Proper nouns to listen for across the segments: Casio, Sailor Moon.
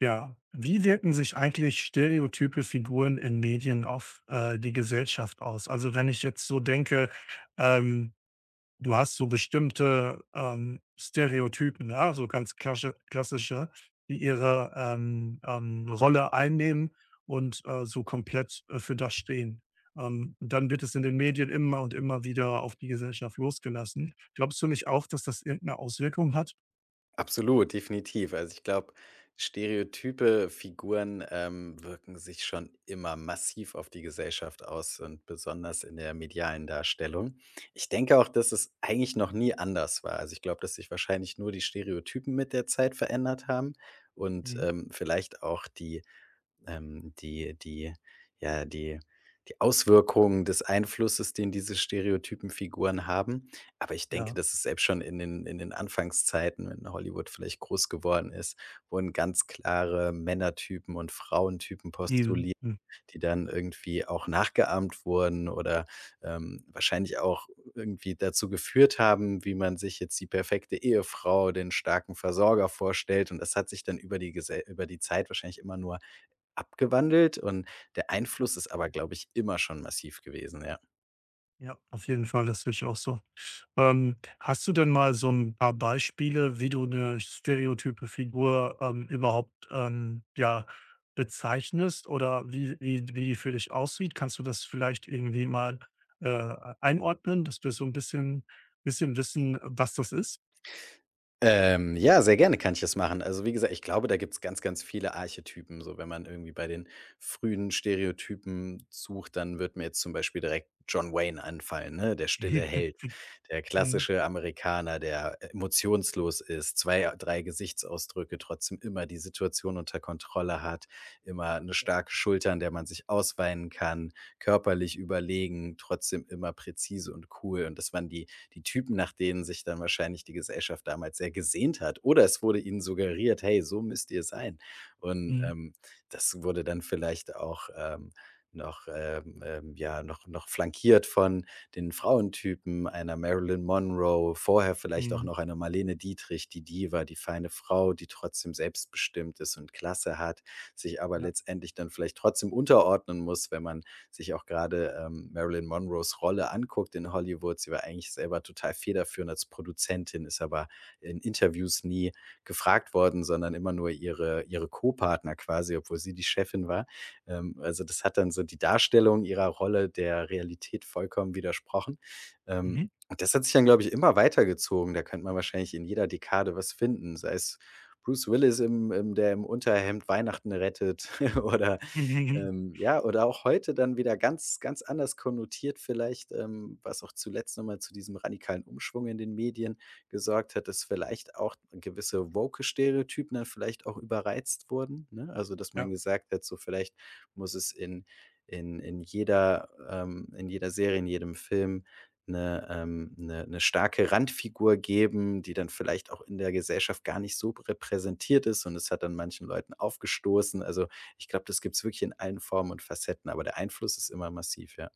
Ja. Wie wirken sich eigentlich stereotype Figuren in Medien auf die Gesellschaft aus? Also, wenn ich jetzt so denke, ähm du hast so bestimmte Stereotypen, ja, so ganz klasche klassische, die ihre Rolle einnehmen und so komplett für das stehen. Und dann wird es in den Medien immer und immer wieder auf die Gesellschaft losgelassen. Glaubst du nicht auch, dass das irgendeine Auswirkung hat? Absolut, definitiv. Also, ich glaube, stereotype Figuren, wirken sich schon immer massiv auf die Gesellschaft aus und besonders in der medialen Darstellung. Ich denke auch, dass es eigentlich noch nie anders war. Also, ich glaube, dass sich wahrscheinlich nur die Stereotypen mit der Zeit verändert haben und, Mhm. Vielleicht auch die die ja, die die Auswirkungen des Einflusses, den diese Stereotypenfiguren haben. Aber ich denke, Ja, dass es selbst schon in den Anfangszeiten, wenn Hollywood vielleicht groß geworden ist, wurden ganz klare Männertypen und Frauentypen eben. postuliert, Mhm. die dann irgendwie auch nachgeahmt wurden oder, wahrscheinlich auch irgendwie dazu geführt haben, wie man sich jetzt die perfekte Ehefrau, den starken Versorger vorstellt. Und das hat sich dann über die Zeit wahrscheinlich immer nur abgewandelt und der Ja, Einfluss ist aber, glaube ich, immer schon massiv gewesen, ja. ja, auf jeden Fall, das sehe ich auch so. Hast du denn mal so ein paar Beispiele, wie du eine stereotype Figur überhaupt, ja, bezeichnest oder wie die für dich aussieht? Kannst du das vielleicht irgendwie mal einordnen, dass wir so ein bisschen wissen, was das ist? Ja, sehr gerne kann ich das machen. Also, wie gesagt, ich glaube, da gibt's ganz, ganz viele Archetypen. So, wenn man irgendwie bei den frühen Stereotypen sucht, dann wird mir jetzt zum Beispiel direkt John Wayne anfallen, ne? Der stille Held, der Mhm. klassische Amerikaner, der emotionslos ist, zwei, drei Gesichtsausdrücke, trotzdem immer die Situation unter Kontrolle hat, immer eine starke Schulter, an der man sich ausweinen kann, körperlich überlegen, trotzdem immer präzise und cool. Und das waren die Typen, nach denen sich dann wahrscheinlich die Gesellschaft damals sehr gesehnt hat. Oder es wurde ihnen suggeriert, hey, so müsst ihr sein. Und Mhm. Das wurde dann vielleicht auch noch, ja, noch flankiert von den Frauentypen einer Marilyn Monroe, vorher vielleicht auch Mhm. noch einer Marlene Dietrich, die Diva, die feine Frau, die trotzdem selbstbestimmt ist und Klasse hat, sich aber Ja. letztendlich dann vielleicht trotzdem unterordnen muss, wenn man sich auch gerade Marilyn Monroes Rolle anguckt in Hollywood. Sie war eigentlich selber total federführend als Produzentin, ist aber in Interviews nie gefragt worden, sondern immer nur ihre Co-Partner quasi, obwohl sie die Chefin war. Also das hat dann so die Darstellung ihrer Rolle der Realität vollkommen widersprochen. Ähm, Mhm. und das hat sich dann, glaube ich, immer weitergezogen. Da könnte man wahrscheinlich in jeder Dekade was finden, sei es Bruce Willis, der im Unterhemd Weihnachten rettet oder Mhm. Mhm. Ja, oder auch heute dann wieder ganz ganz anders konnotiert vielleicht, was auch zuletzt nochmal zu diesem radikalen Umschwung in den Medien gesorgt hat, dass vielleicht auch gewisse woke Stereotypen dann vielleicht auch überreizt wurden, ne? Also, dass man Ja. gesagt hat, so vielleicht muss es in jeder in jeder Serie, in jedem Film eine 'ne starke Randfigur geben, die dann vielleicht auch in der Gesellschaft gar nicht so repräsentiert ist und es hat dann manchen Leuten aufgestoßen. Also, ich glaube, das gibt es wirklich in allen Formen und Facetten, aber der Einfluss ist immer massiv, ja.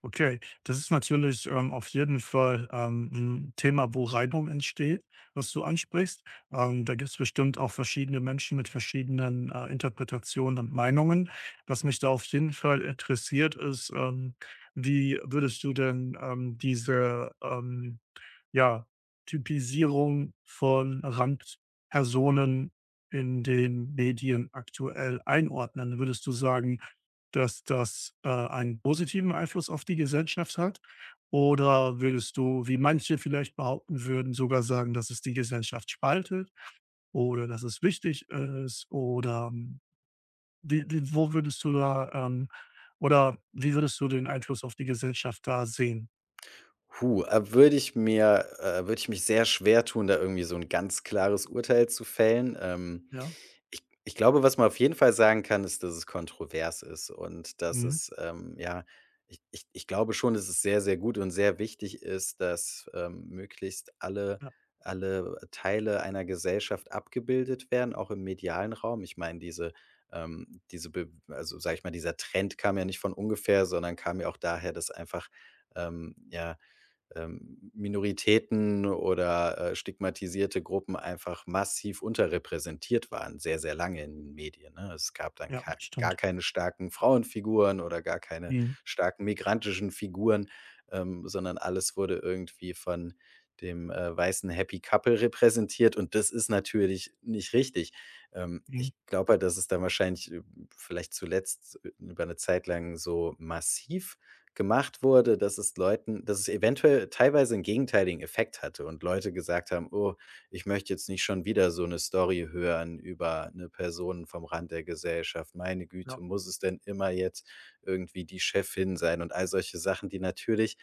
Okay, das ist natürlich auf jeden Fall 'n Thema, wo Reibung entsteht, was du ansprichst. Da gibt es bestimmt auch verschiedene Menschen mit verschiedenen Interpretationen und Meinungen. Was mich da auf jeden Fall interessiert, ist wie würdest du denn diese ja, Typisierung von Randpersonen in den Medien aktuell einordnen? Würdest du sagen, dass das einen positiven Einfluss auf die Gesellschaft hat? Oder würdest du, wie manche vielleicht behaupten würden, sogar sagen, dass es die Gesellschaft spaltet oder dass es wichtig ist? Oder wie wie wo würdest du da, oder wie würdest du den Einfluss auf die Gesellschaft da sehen? Puh, würde ich mich sehr schwer tun, da irgendwie so ein ganz klares Urteil zu fällen. Ja. Ich glaube, was man auf jeden Fall sagen kann, ist, dass es kontrovers ist und dass Mhm. es, ja. Ich glaube schon, dass es sehr, sehr gut und sehr wichtig ist, dass, möglichst alle Ja, alle Teile einer Gesellschaft abgebildet werden, auch im medialen Raum. Ich meine, diese diese be also, sage ich mal, dieser Trend kam ja nicht von ungefähr, sondern kam ja auch daher, dass einfach, ähm, ja Minoritäten oder, stigmatisierte Gruppen einfach massiv unterrepräsentiert waren, sehr, sehr lange in den Medien, ne? Es gab dann ja, ka das gar stimmt. keine starken Frauenfiguren oder gar keine Mhm, starken migrantischen Figuren, sondern alles wurde irgendwie von dem, weißen Happy Couple repräsentiert und das ist natürlich nicht richtig. Mhm, Ich glaube halt, dass es dann wahrscheinlich, vielleicht zuletzt über eine Zeit lang so massiv gemacht wurde, dass es Leuten dass es eventuell teilweise einen gegenteiligen Effekt hatte und Leute gesagt haben: „Oh, ich möchte jetzt nicht schon wieder so eine Story hören über eine Person vom Rand der Gesellschaft. Meine Güte, ja, muss es denn immer jetzt irgendwie die Chefin sein?“ Und all solche Sachen, die natürlich,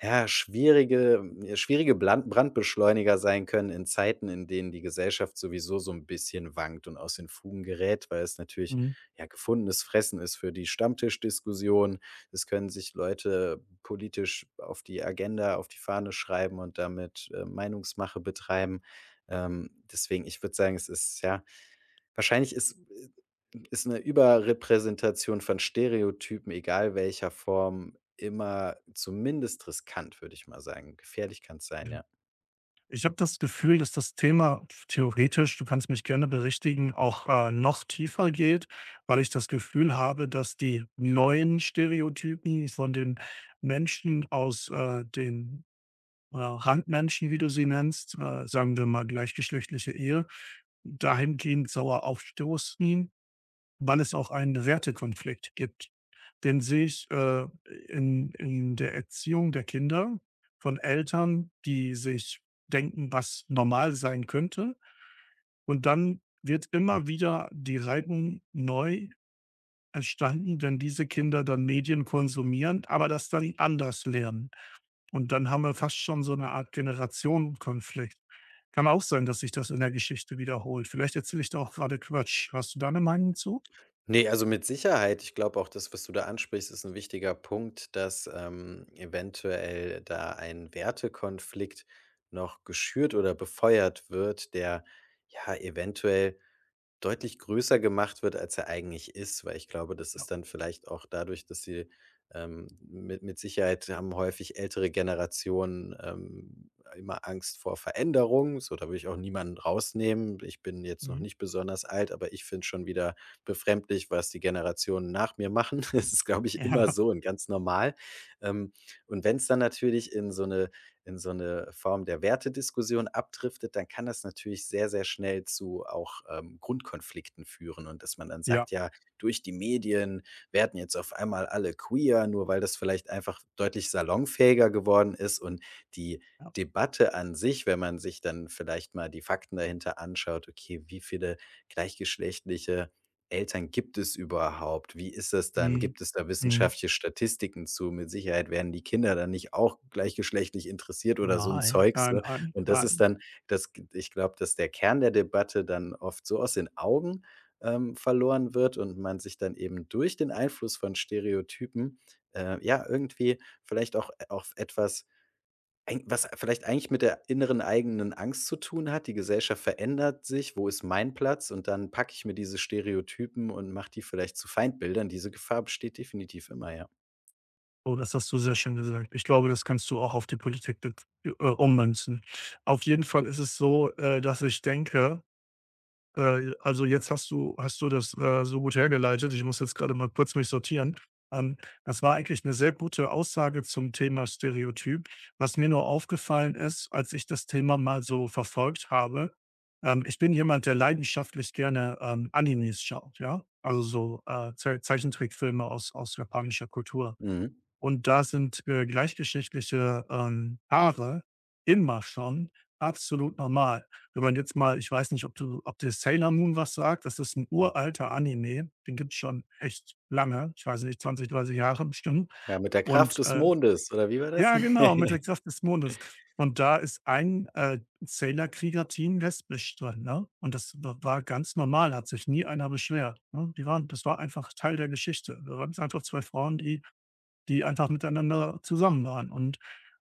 ja, schwierige Blan Brandbeschleuniger sein können in Zeiten, in denen die Gesellschaft sowieso so ein bisschen wankt und aus den Fugen gerät, weil es natürlich, mhm. ja, gefundenes Fressen ist für die Stammtischdiskussion, es können sich Leute politisch auf die Agenda, auf die Fahne schreiben und damit, Meinungsmache betreiben. Deswegen, ich würde sagen, es ist ja, wahrscheinlich ist ist 'ne Überrepräsentation von Stereotypen, egal welcher Form, immer zumindest riskant, würde ich mal sagen. Gefährlich kann es sein, ja. Ich habe das Gefühl, dass das Thema theoretisch, du kannst mich gerne berichtigen, auch noch tiefer geht, weil ich das Gefühl habe, dass die neuen Stereotypen von den Menschen aus den Randmenschen, wie du sie nennst sagen wir mal gleichgeschlechtliche Ehe, dahingehend sauer aufstoßen, weil es auch einen Wertekonflikt gibt. Den sehe ich in der Erziehung der Kinder von Eltern, die sich denken, was normal sein könnte. Und dann wird immer wieder die Reibung neu entstanden, wenn diese Kinder dann Medien konsumieren, aber das dann anders lernen. Und dann haben wir fast schon so eine Art Generationenkonflikt. Kann auch sein, dass sich das in der Geschichte wiederholt. Vielleicht erzähle ich da auch grade Quatsch. Hast du da eine Meinung zu? Nee, also mit Sicherheit. Ich glaube auch das, was du da ansprichst, ist ein wichtiger Punkt, dass, eventuell da ein Wertekonflikt noch geschürt oder befeuert wird, der ja eventuell deutlich größer gemacht wird, als er eigentlich ist, weil ich glaube, das Ja. ist dann vielleicht auch dadurch, dass sie mit Sicherheit haben häufig ältere Generationen, immer Angst vor Veränderung. So, da will ich auch niemanden rausnehmen. Ich bin jetzt noch Mhm. nicht besonders alt, aber ich finde schon wieder befremdlich, was die Generationen nach mir machen. Das ist, glaube ich, immer Ja. so und ganz normal. Ähm, und wenn es dann natürlich in so eine Form der Wertediskussion abdriftet, dann kann das natürlich sehr, sehr schnell zu auch, Grundkonflikten führen und dass man dann Ja. sagt: „Ja, durch die Medien werden jetzt auf einmal alle queer“, nur weil das vielleicht einfach deutlich salonfähiger geworden ist und die Ja. Debatte an sich, wenn man sich dann vielleicht mal die Fakten dahinter anschaut, okay, wie viele gleichgeschlechtliche Eltern gibt es überhaupt? Wie ist das dann? Mhm. Gibt es da Mhm. wissenschaftliche Statistiken zu? Mit Sicherheit werden die Kinder dann nicht auch gleichgeschlechtlich interessiert oder so ein Nein, Zeugs, ne? nein, nein, Und das ist nein. dann das ich glaube, dass der Kern der Debatte dann oft so aus den Augen, verloren wird und man sich dann eben durch den Einfluss von Stereotypen, ja, irgendwie vielleicht auch, auf etwas Eig was vielleicht eigentlich mit der inneren eigenen Angst zu tun hat. Die Gesellschaft verändert sich. Wo ist mein Platz? Und dann packe ich mir diese Stereotypen und mache die vielleicht zu Feindbildern. Diese Gefahr besteht definitiv immer, ja. Oh, das hast du sehr schön gesagt. Ich glaube, das kannst du auch auf die Politik ummünzen. Auf jeden Fall ist es so dass ich denke. Also jetzt hast du das so gut hergeleitet. Ich muss jetzt gerade mal kurz mich sortieren. Ähm, das war eigentlich eine sehr gute Aussage zum Thema Stereotyp. Was mir nur aufgefallen ist, als ich das Thema mal so verfolgt habe ich bin jemand, der leidenschaftlich gerne Animes schaut, ja? Also so Ze Zeichentrickfilme aus japanischer Kultur. Mhm. Und da sind gleichgeschlechtliche Paare immer schon absolut normal. Wenn man jetzt mal, ich weiß nicht, ob dir Sailor Moon was sagt? Das ist ein uralter Anime, den gibt's schon echt lange, ich weiß nicht, 20, 30 Jahre bestimmt. Ja, mit der Kraft Und, des äh Mondes, oder wie war das? ja, genau, mit der Kraft des Mondes. Und da ist ein Sailor-Krieger-Team lesbisch drin, ne? Und das w war ganz normal, hat sich nie einer beschwert, ne? Die waren das war einfach Teil der Geschichte. Da waren's einfach 2 Frauen, die die einfach miteinander zusammen waren. Und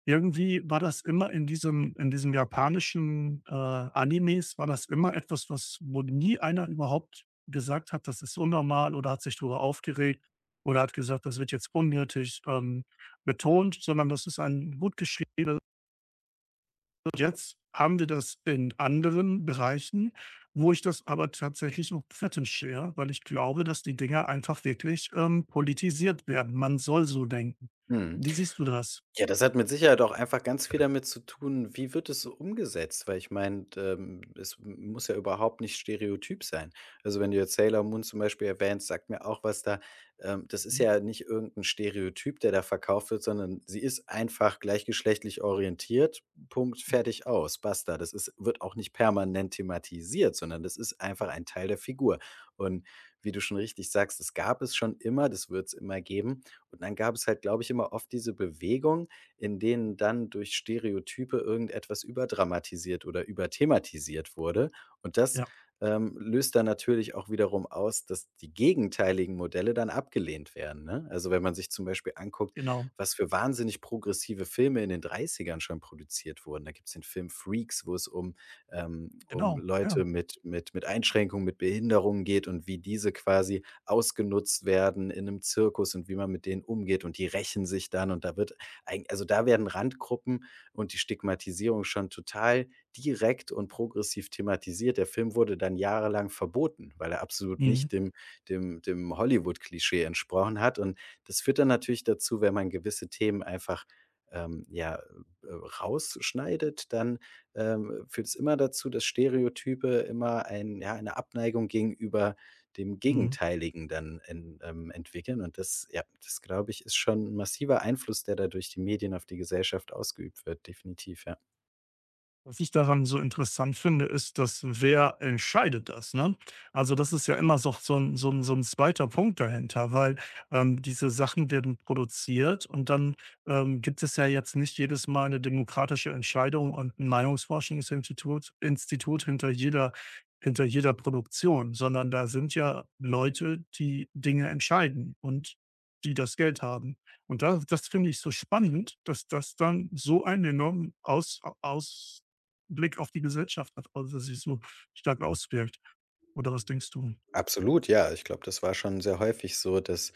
irgendwie war das immer in diesem japanischen Animes war das immer etwas, was wo nie einer überhaupt gesagt hat, das ist unnormal oder hat sich darüber aufgeregt oder hat gesagt, das wird jetzt unnötig betont, sondern das ist ein gut geschriebenes. Jetzt haben wir das in anderen Bereichen, wo ich das aber tatsächlich noch kritisch sehe, weil ich glaube, dass die Dinger einfach wirklich politisiert werden. Man soll so denken. Mhm. Wie siehst du das? Ja, das hat mit Sicherheit auch einfach ganz viel damit zu tun, wie wird es so umgesetzt? Weil ich meine, es muss ja überhaupt nicht stereotyp sein. Also wenn du jetzt Sailor Moon zum Beispiel erwähnst, sagt mir auch was da. Das ist Mhm. ja nicht irgendein Stereotyp, der da verkauft wird, sondern sie ist einfach gleichgeschlechtlich orientiert. Punkt, Ja, fertig aus, basta. Das ist, wird auch nicht permanent thematisiert, sondern das ist ja, einfach ein Teil der Figur. Und wie du schon richtig sagst, das gab es schon immer, das wird es immer geben. Und dann gab es halt, glaube ich, immer oft diese Bewegung, in denen dann durch Stereotype irgendetwas überdramatisiert oder überthematisiert wurde. Und das, ja, löst dann natürlich auch wiederum aus, dass die gegenteiligen Modelle dann abgelehnt werden, ne? Also, wenn man sich zum Beispiel anguckt, genau, was für wahnsinnig progressive Filme in den Dreißigern schon produziert wurden. Da gibt's den Film Freaks, wo es um um genau, Leute ja. mit Einschränkungen, mit Behinderungen geht und wie diese quasi ausgenutzt werden in einem Zirkus und wie man mit denen umgeht und die rächen sich dann und da wird Eig also, da werden Randgruppen und die Stigmatisierung schon total direkt und progressiv thematisiert. Der Film wurde dann jahrelang verboten, weil er absolut Mhm, nicht dem Hollywood-Klischee entsprochen hat. Und das führt dann natürlich dazu, wenn man gewisse Themen einfach, ähm, ja, äh, rausschneidet, dann, führt es immer dazu, dass Stereotype immer ein ja, eine Abneigung gegenüber dem mhm. Gegenteiligen dann en entwickeln und das ja, das glaube ich, ist schon 'n massiver Einfluss, der da durch die Medien auf die Gesellschaft ausgeübt wird, definitiv, ja. Was ich daran so interessant finde, ist, dass wer entscheidet das, ne? Also, das ist ja immer so 'n 2. Punkt dahinter, weil, diese Sachen werden produziert und dann, gibt es ja jetzt nicht jedes Mal eine demokratische Entscheidung und 'n Meinungsforschungsinstitut Institut hinter jeder Produktion, sondern da sind ja Leute, die Dinge entscheiden und die das Geld haben. Und da, das finde ich so spannend, dass das dann so einen enormen Aus Aus Blick auf die Gesellschaft hat, also, dass sich so stark auswirkt. Oder was denkst du? Absolut, ja. Ich glaube, das war schon sehr häufig so, dass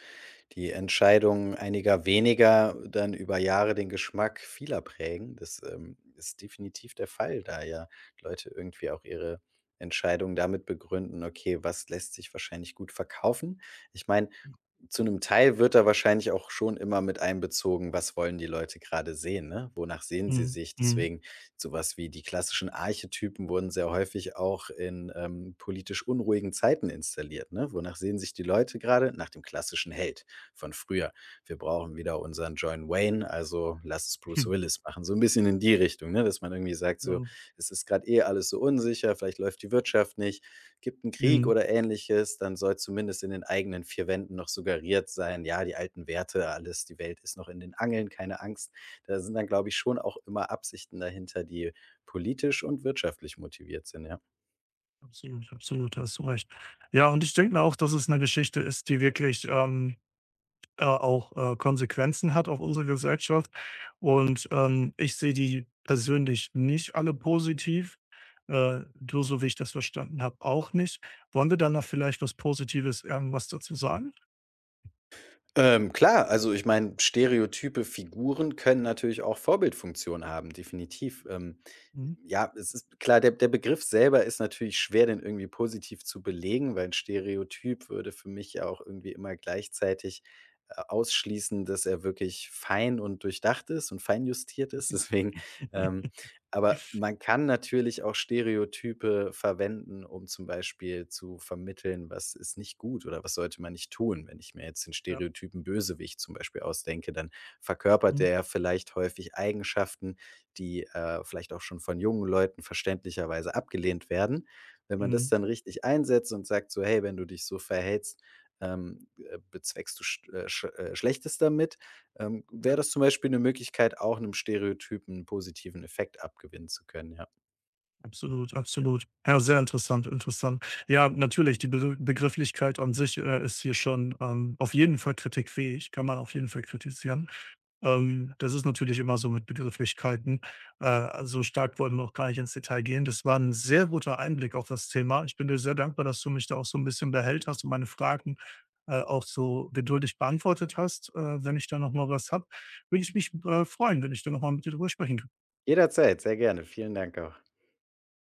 die Entscheidungen einiger weniger dann über Jahre den Geschmack vieler prägen. Das, ist definitiv der Fall, da ja Leute irgendwie auch ihre Entscheidungen damit begründen: „Okay, was lässt sich wahrscheinlich gut verkaufen?“ Ich meine, zu einem Teil wird da wahrscheinlich auch schon immer mit einbezogen, was wollen die Leute gerade sehen, ne? Wonach sehen sie Mhm, sich? mhm, Deswegen sowas wie die klassischen Archetypen wurden sehr häufig auch in, politisch unruhigen Zeiten installiert, ne? Wonach sehen sich die Leute gerade? Nach dem klassischen Held von früher. Wir brauchen wieder unseren John Wayne, also lass es Bruce hm, Willis machen. So ein bisschen in die Richtung, ne, dass man irgendwie sagt so: genau. „Es ist gerade eh alles so unsicher, vielleicht läuft die Wirtschaft nicht, gibt 'n Krieg Mhm, oder Ähnliches, dann soll zumindest in den eigenen 4 Wänden noch suggeriert sein: „Ja, die alten Werte, alles die Welt ist noch in den Angeln, keine Angst.“ Da sind dann, glaube ich, schon auch immer Absichten dahinter, die politisch und wirtschaftlich motiviert sind, ja. absolut, absolut, da hast du recht. Ja, und ich denke mir auch, dass es eine Geschichte ist, die wirklich auch Konsequenzen hat auf unsere Gesellschaft. Und ich sehe die persönlich nicht alle positiv. Du, so wie ich das verstanden habe, auch nicht. Wollen wir dann noch vielleicht was Positives irgendwas dazu sagen? Klar, also ich meine, stereotype Figuren können natürlich auch Vorbildfunktion haben, definitiv. Mhm. Ja, es ist klar, der Begriff selber ist natürlich schwer, den irgendwie positiv zu belegen, weil ein Stereotyp würde für mich ja auch irgendwie immer gleichzeitig, ausschließen, dass er wirklich fein und durchdacht ist und feinjustiert ist. Deswegen, ähm aber man kann natürlich auch Stereotype verwenden, um zum Beispiel zu vermitteln, was ist nicht gut oder was sollte man nicht tun. Wenn ich mir jetzt den Ja. Stereotypen Bösewicht zum Beispiel ausdenke, dann verkörpert der Mhm. ja vielleicht häufig Eigenschaften, die vielleicht auch schon von jungen Leuten verständlicherweise abgelehnt werden. Wenn man das Mhm. dann richtig einsetzt und sagt so, hey, wenn du dich so verhältst, bezweckst du sch sch Schlechtes damit, wäre Ja. das zum Beispiel eine Möglichkeit, auch einem Stereotypen 'n positiven Effekt abgewinnen zu können, ja. Absolut, absolut. Ja, sehr interessant, interessant. Ja, natürlich, die Be Begrifflichkeit an sich ist hier schon auf jeden Fall kritikfähig, kann man auf jeden Fall kritisieren. Das ist natürlich immer so mit Begrifflichkeiten. So stark wollen wir auch gar nicht ins Detail gehen. Das war ein sehr guter Einblick auf das Thema. Ich bin dir sehr dankbar, dass du mich da auch so ein bisschen behält hast und meine Fragen auch so geduldig beantwortet hast. Wenn ich da noch mal was habe, würde ich mich freuen, wenn ich da noch mal mit dir drüber sprechen kann. Jederzeit, sehr gerne. Vielen Dank auch.